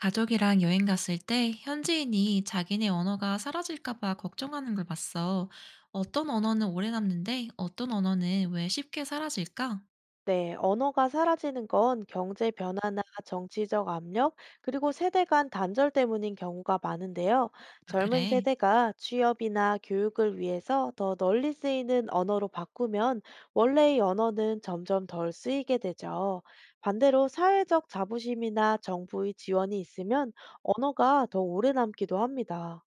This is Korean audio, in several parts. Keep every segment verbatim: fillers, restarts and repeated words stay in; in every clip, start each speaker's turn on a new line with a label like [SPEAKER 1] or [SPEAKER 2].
[SPEAKER 1] 가족이랑 여행 갔을 때 현지인이 자기네 언어가 사라질까 봐 걱정하는 걸 봤어. 어떤 언어는 오래 남는데 어떤 언어는 왜 쉽게 사라질까?
[SPEAKER 2] 네, 언어가 사라지는 건 경제 변화나 정치적 압력, 그리고 세대 간 단절 때문인 경우가 많은데요.
[SPEAKER 1] 아,
[SPEAKER 2] 젊은
[SPEAKER 1] 그래.
[SPEAKER 2] 세대가 취업이나 교육을 위해서 더 널리 쓰이는 언어로 바꾸면 원래의 언어는 점점 덜 쓰이게 되죠. 반대로 사회적 자부심이나 정부의 지원이 있으면 언어가 더 오래 남기도 합니다.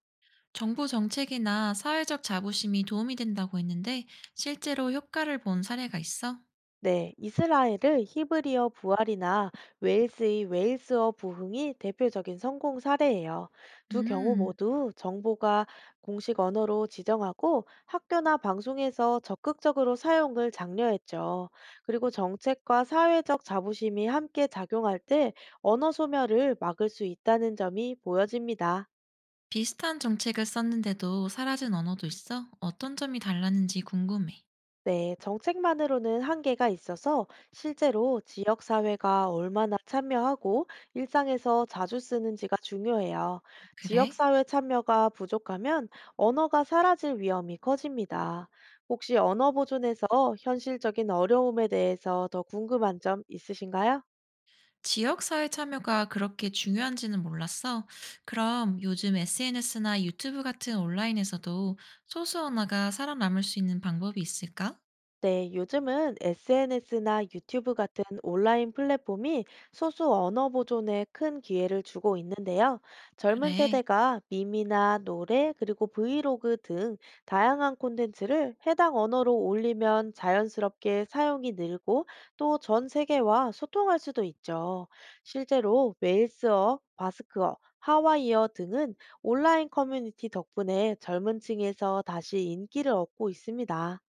[SPEAKER 1] 정부 정책이나 사회적 자부심이 도움이 된다고 했는데 실제로 효과를 본 사례가 있어?
[SPEAKER 2] 네, 이스라엘의 히브리어 부활이나 웨일스의 웨일스어 부흥이 대표적인 성공 사례예요. 두 경우
[SPEAKER 1] 음,
[SPEAKER 2] 모두 정보가 공식 언어로 지정하고 학교나 방송에서 적극적으로 사용을 장려했죠. 그리고 정책과 사회적 자부심이 함께 작용할 때 언어 소멸을 막을 수 있다는 점이 보여집니다.
[SPEAKER 1] 비슷한 정책을 썼는데도 사라진 언어도 있어? 어떤 점이 달랐는지 궁금해.
[SPEAKER 2] 네, 정책만으로는 한계가 있어서 실제로 지역사회가 얼마나 참여하고 일상에서 자주 쓰는지가 중요해요.
[SPEAKER 1] 그래?
[SPEAKER 2] 지역사회 참여가 부족하면 언어가 사라질 위험이 커집니다. 혹시 언어 보존에서 현실적인 어려움에 대해서 더 궁금한 점 있으신가요?
[SPEAKER 1] 지역사회 참여가 그렇게 중요한지는 몰랐어. 그럼 요즘 에스엔에스나 유튜브 같은 온라인에서도 소수 언어가 살아남을 수 있는 방법이 있을까?
[SPEAKER 2] 네, 요즘은 에스엔에스나 유튜브 같은 온라인 플랫폼이 소수 언어 보존에 큰 기회를 주고 있는데요. 젊은
[SPEAKER 1] 그래.
[SPEAKER 2] 세대가 밈이나 노래, 그리고 브이로그 등 다양한 콘텐츠를 해당 언어로 올리면 자연스럽게 사용이 늘고 또 전 세계와 소통할 수도 있죠. 실제로 웨일스어, 바스크어, 하와이어 등은 온라인 커뮤니티 덕분에 젊은 층에서 다시 인기를 얻고 있습니다.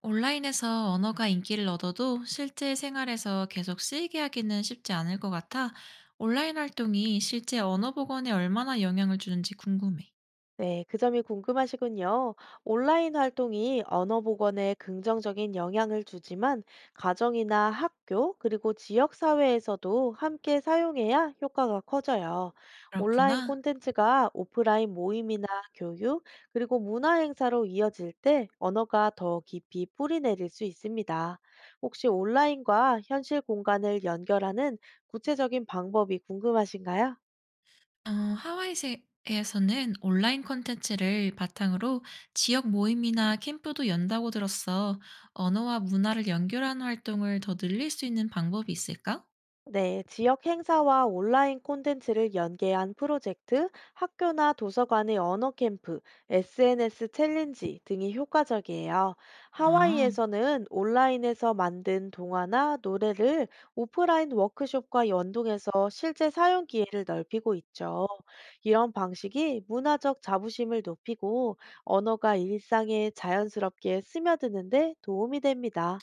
[SPEAKER 1] 온라인에서 언어가 인기를 얻어도 실제 생활에서 계속 쓰이게 하기는 쉽지 않을 것 같아. 온라인 활동이 실제 언어 복원에 얼마나 영향을 주는지 궁금해.
[SPEAKER 2] 네, 그 점이 궁금하시군요. 온라인 활동이 언어 복원에 긍정적인 영향을 주지만 가정이나 학교 그리고 지역 사회에서도 함께 사용해야 효과가 커져요. 온라인
[SPEAKER 1] 그렇구나.
[SPEAKER 2] 콘텐츠가 오프라인 모임이나 교육 그리고 문화 행사로 이어질 때 언어가 더 깊이 뿌리 내릴 수 있습니다. 혹시 온라인과 현실 공간을 연결하는 구체적인 방법이 궁금하신가요?
[SPEAKER 1] 어 하와이 에서는 온라인 콘텐츠를 바탕으로 지역 모임이나 캠프도 연다고 들었어. 언어와 문화를 연결하는 활동을 더 늘릴 수 있는 방법이 있을까?
[SPEAKER 2] 네, 지역 행사와 온라인 콘텐츠를 연계한 프로젝트, 학교나 도서관의 언어 캠프, 에스엔에스 챌린지 등이 효과적이에요.
[SPEAKER 1] 아,
[SPEAKER 2] 하와이에서는 온라인에서 만든 동화나 노래를 오프라인 워크숍과 연동해서 실제 사용 기회를 넓히고 있죠. 이런 방식이 문화적 자부심을 높이고 언어가 일상에 자연스럽게 스며드는데 도움이 됩니다.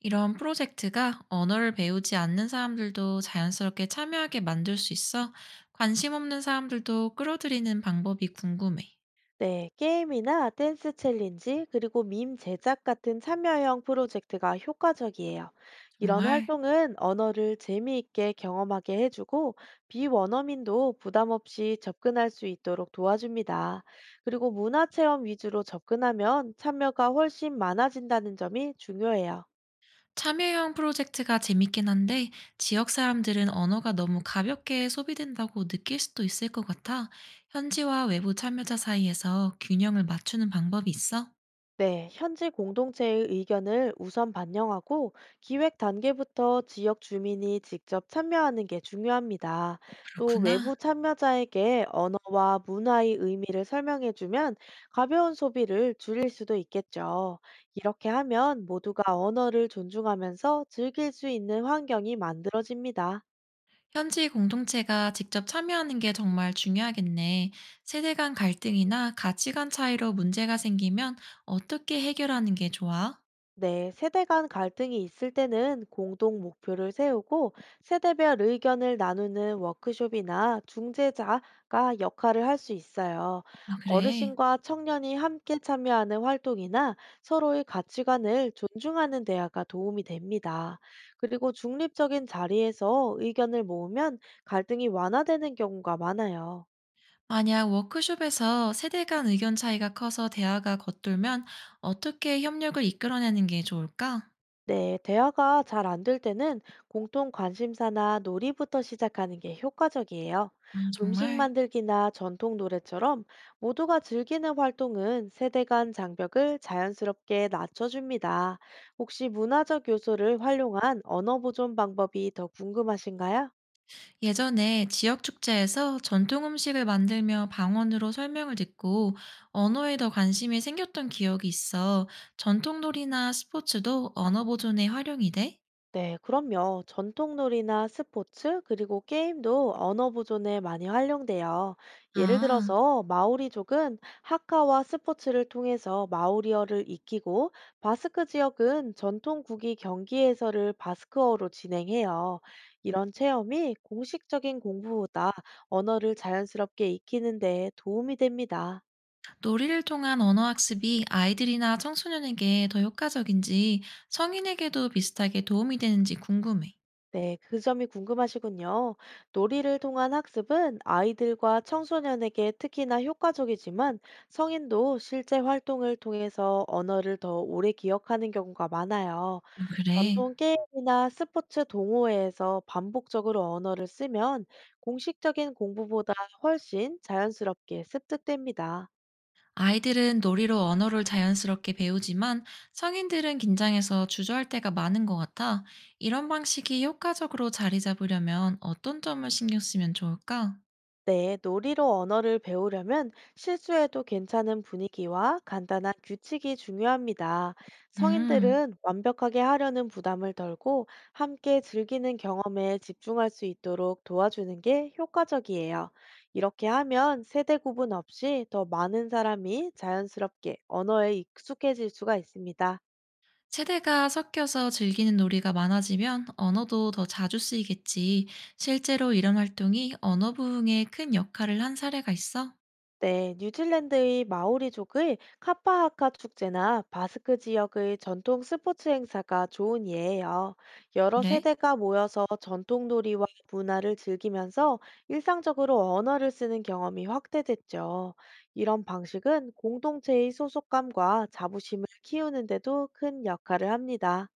[SPEAKER 1] 이런 프로젝트가 언어를 배우지 않는 사람들도 자연스럽게 참여하게 만들 수 있어. 관심 없는 사람들도 끌어들이는 방법이 궁금해.
[SPEAKER 2] 네, 게임이나 댄스 챌린지, 그리고 밈 제작 같은 참여형 프로젝트가 효과적이에요. 이런
[SPEAKER 1] 정말
[SPEAKER 2] 활동은 언어를 재미있게 경험하게 해주고, 비원어민도 부담 없이 접근할 수 있도록 도와줍니다. 그리고 문화체험 위주로 접근하면 참여가 훨씬 많아진다는 점이 중요해요.
[SPEAKER 1] 참여형 프로젝트가 재밌긴 한데 지역 사람들은 언어가 너무 가볍게 소비된다고 느낄 수도 있을 것 같아. 현지와 외부 참여자 사이에서 균형을 맞추는 방법이 있어?
[SPEAKER 2] 네, 현지 공동체의 의견을 우선 반영하고 기획 단계부터 지역 주민이 직접 참여하는 게 중요합니다. 또
[SPEAKER 1] 그렇구나.
[SPEAKER 2] 외부 참여자에게 언어와 문화의 의미를 설명해주면 가벼운 소비를 줄일 수도 있겠죠. 이렇게 하면 모두가 언어를 존중하면서 즐길 수 있는 환경이 만들어집니다.
[SPEAKER 1] 현지 공동체가 직접 참여하는 게 정말 중요하겠네. 세대 간 갈등이나 가치관 차이로 문제가 생기면 어떻게 해결하는 게 좋아?
[SPEAKER 2] 네, 세대 간 갈등이 있을 때는 공동 목표를 세우고 세대별 의견을 나누는 워크숍이나 중재자가 역할을 할 수 있어요.
[SPEAKER 1] 아, 그래.
[SPEAKER 2] 어르신과 청년이 함께 참여하는 활동이나 서로의 가치관을 존중하는 대화가 도움이 됩니다. 그리고 중립적인 자리에서 의견을 모으면 갈등이 완화되는 경우가 많아요.
[SPEAKER 1] 만약 워크숍에서 세대 간 의견 차이가 커서 대화가 겉돌면 어떻게 협력을 이끌어내는 게 좋을까?
[SPEAKER 2] 네, 대화가 잘 안 될 때는 공통 관심사나 놀이부터 시작하는 게 효과적이에요.
[SPEAKER 1] 아,
[SPEAKER 2] 음식
[SPEAKER 1] 정말?
[SPEAKER 2] 만들기나 전통 노래처럼 모두가 즐기는 활동은 세대 간 장벽을 자연스럽게 낮춰줍니다. 혹시 문화적 요소를 활용한 언어 보존 방법이 더 궁금하신가요?
[SPEAKER 1] 예전에 지역 축제에서 전통 음식을 만들며 방언으로 설명을 듣고 언어에 더 관심이 생겼던 기억이 있어. 전통 놀이나 스포츠도 언어 보존에 활용이 돼?
[SPEAKER 2] 네, 그럼요. 전통놀이나 스포츠, 그리고 게임도 언어 보존에 많이 활용돼요. 예를
[SPEAKER 1] 아,
[SPEAKER 2] 들어서 마오리족은 하카와 스포츠를 통해서 마오리어를 익히고 바스크 지역은 전통국기 경기 해설을 바스크어로 진행해요. 이런 체험이 공식적인 공부보다 언어를 자연스럽게 익히는 데 도움이 됩니다.
[SPEAKER 1] 놀이를 통한 언어 학습이 아이들이나 청소년에게 더 효과적인지 성인에게도 비슷하게 도움이 되는지 궁금해.
[SPEAKER 2] 네, 그 점이 궁금하시군요. 놀이를 통한 학습은 아이들과 청소년에게 특히나 효과적이지만 성인도 실제 활동을 통해서 언어를 더 오래 기억하는 경우가 많아요.
[SPEAKER 1] 아, 그래.
[SPEAKER 2] 전통 게임이나 스포츠 동호회에서 반복적으로 언어를 쓰면 공식적인 공부보다 훨씬 자연스럽게 습득됩니다.
[SPEAKER 1] 아이들은 놀이로 언어를 자연스럽게 배우지만 성인들은 긴장해서 주저할 때가 많은 것 같아. 이런 방식이 효과적으로 자리 잡으려면 어떤 점을 신경 쓰면 좋을까?
[SPEAKER 2] 네, 놀이로 언어를 배우려면 실수해도 괜찮은 분위기와 간단한 규칙이 중요합니다.
[SPEAKER 1] 음,
[SPEAKER 2] 성인들은 완벽하게 하려는 부담을 덜고 함께 즐기는 경험에 집중할 수 있도록 도와주는 게 효과적이에요. 이렇게 하면 세대 구분 없이 더 많은 사람이 자연스럽게 언어에 익숙해질 수가 있습니다.
[SPEAKER 1] 세대가 섞여서 즐기는 놀이가 많아지면 언어도 더 자주 쓰이겠지. 실제로 이런 활동이 언어 부흥에 큰 역할을 한 사례가 있어?
[SPEAKER 2] 네, 뉴질랜드의 마오리족의 카파하카 축제나 바스크 지역의 전통 스포츠 행사가 좋은 예예요. 여러
[SPEAKER 1] 그래?
[SPEAKER 2] 세대가 모여서 전통 놀이와 문화를 즐기면서 일상적으로 언어를 쓰는 경험이 확대됐죠. 이런 방식은 공동체의 소속감과 자부심을 키우는데도 큰 역할을 합니다.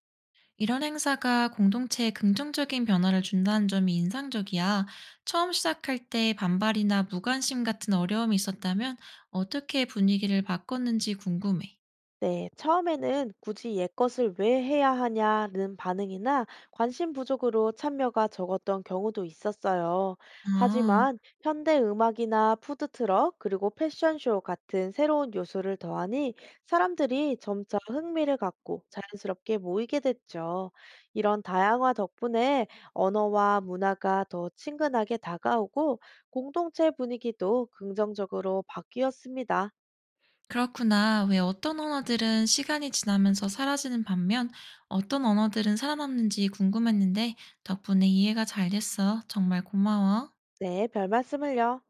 [SPEAKER 1] 이런 행사가 공동체에 긍정적인 변화를 준다는 점이 인상적이야. 처음 시작할 때 반발이나 무관심 같은 어려움이 있었다면 어떻게 분위기를 바꿨는지 궁금해.
[SPEAKER 2] 네, 처음에는 굳이 옛 것을 왜 해야 하냐는 반응이나 관심 부족으로 참여가 적었던 경우도 있었어요.
[SPEAKER 1] 아,
[SPEAKER 2] 하지만 현대 음악이나 푸드트럭, 그리고 패션쇼 같은 새로운 요소를 더하니 사람들이 점차 흥미를 갖고 자연스럽게 모이게 됐죠. 이런 다양화 덕분에 언어와 문화가 더 친근하게 다가오고 공동체 분위기도 긍정적으로 바뀌었습니다.
[SPEAKER 1] 그렇구나. 왜 어떤 언어들은 시간이 지나면서 사라지는 반면 어떤 언어들은 살아남는지 궁금했는데 덕분에 이해가 잘 됐어. 정말 고마워.
[SPEAKER 2] 네, 별 말씀을요.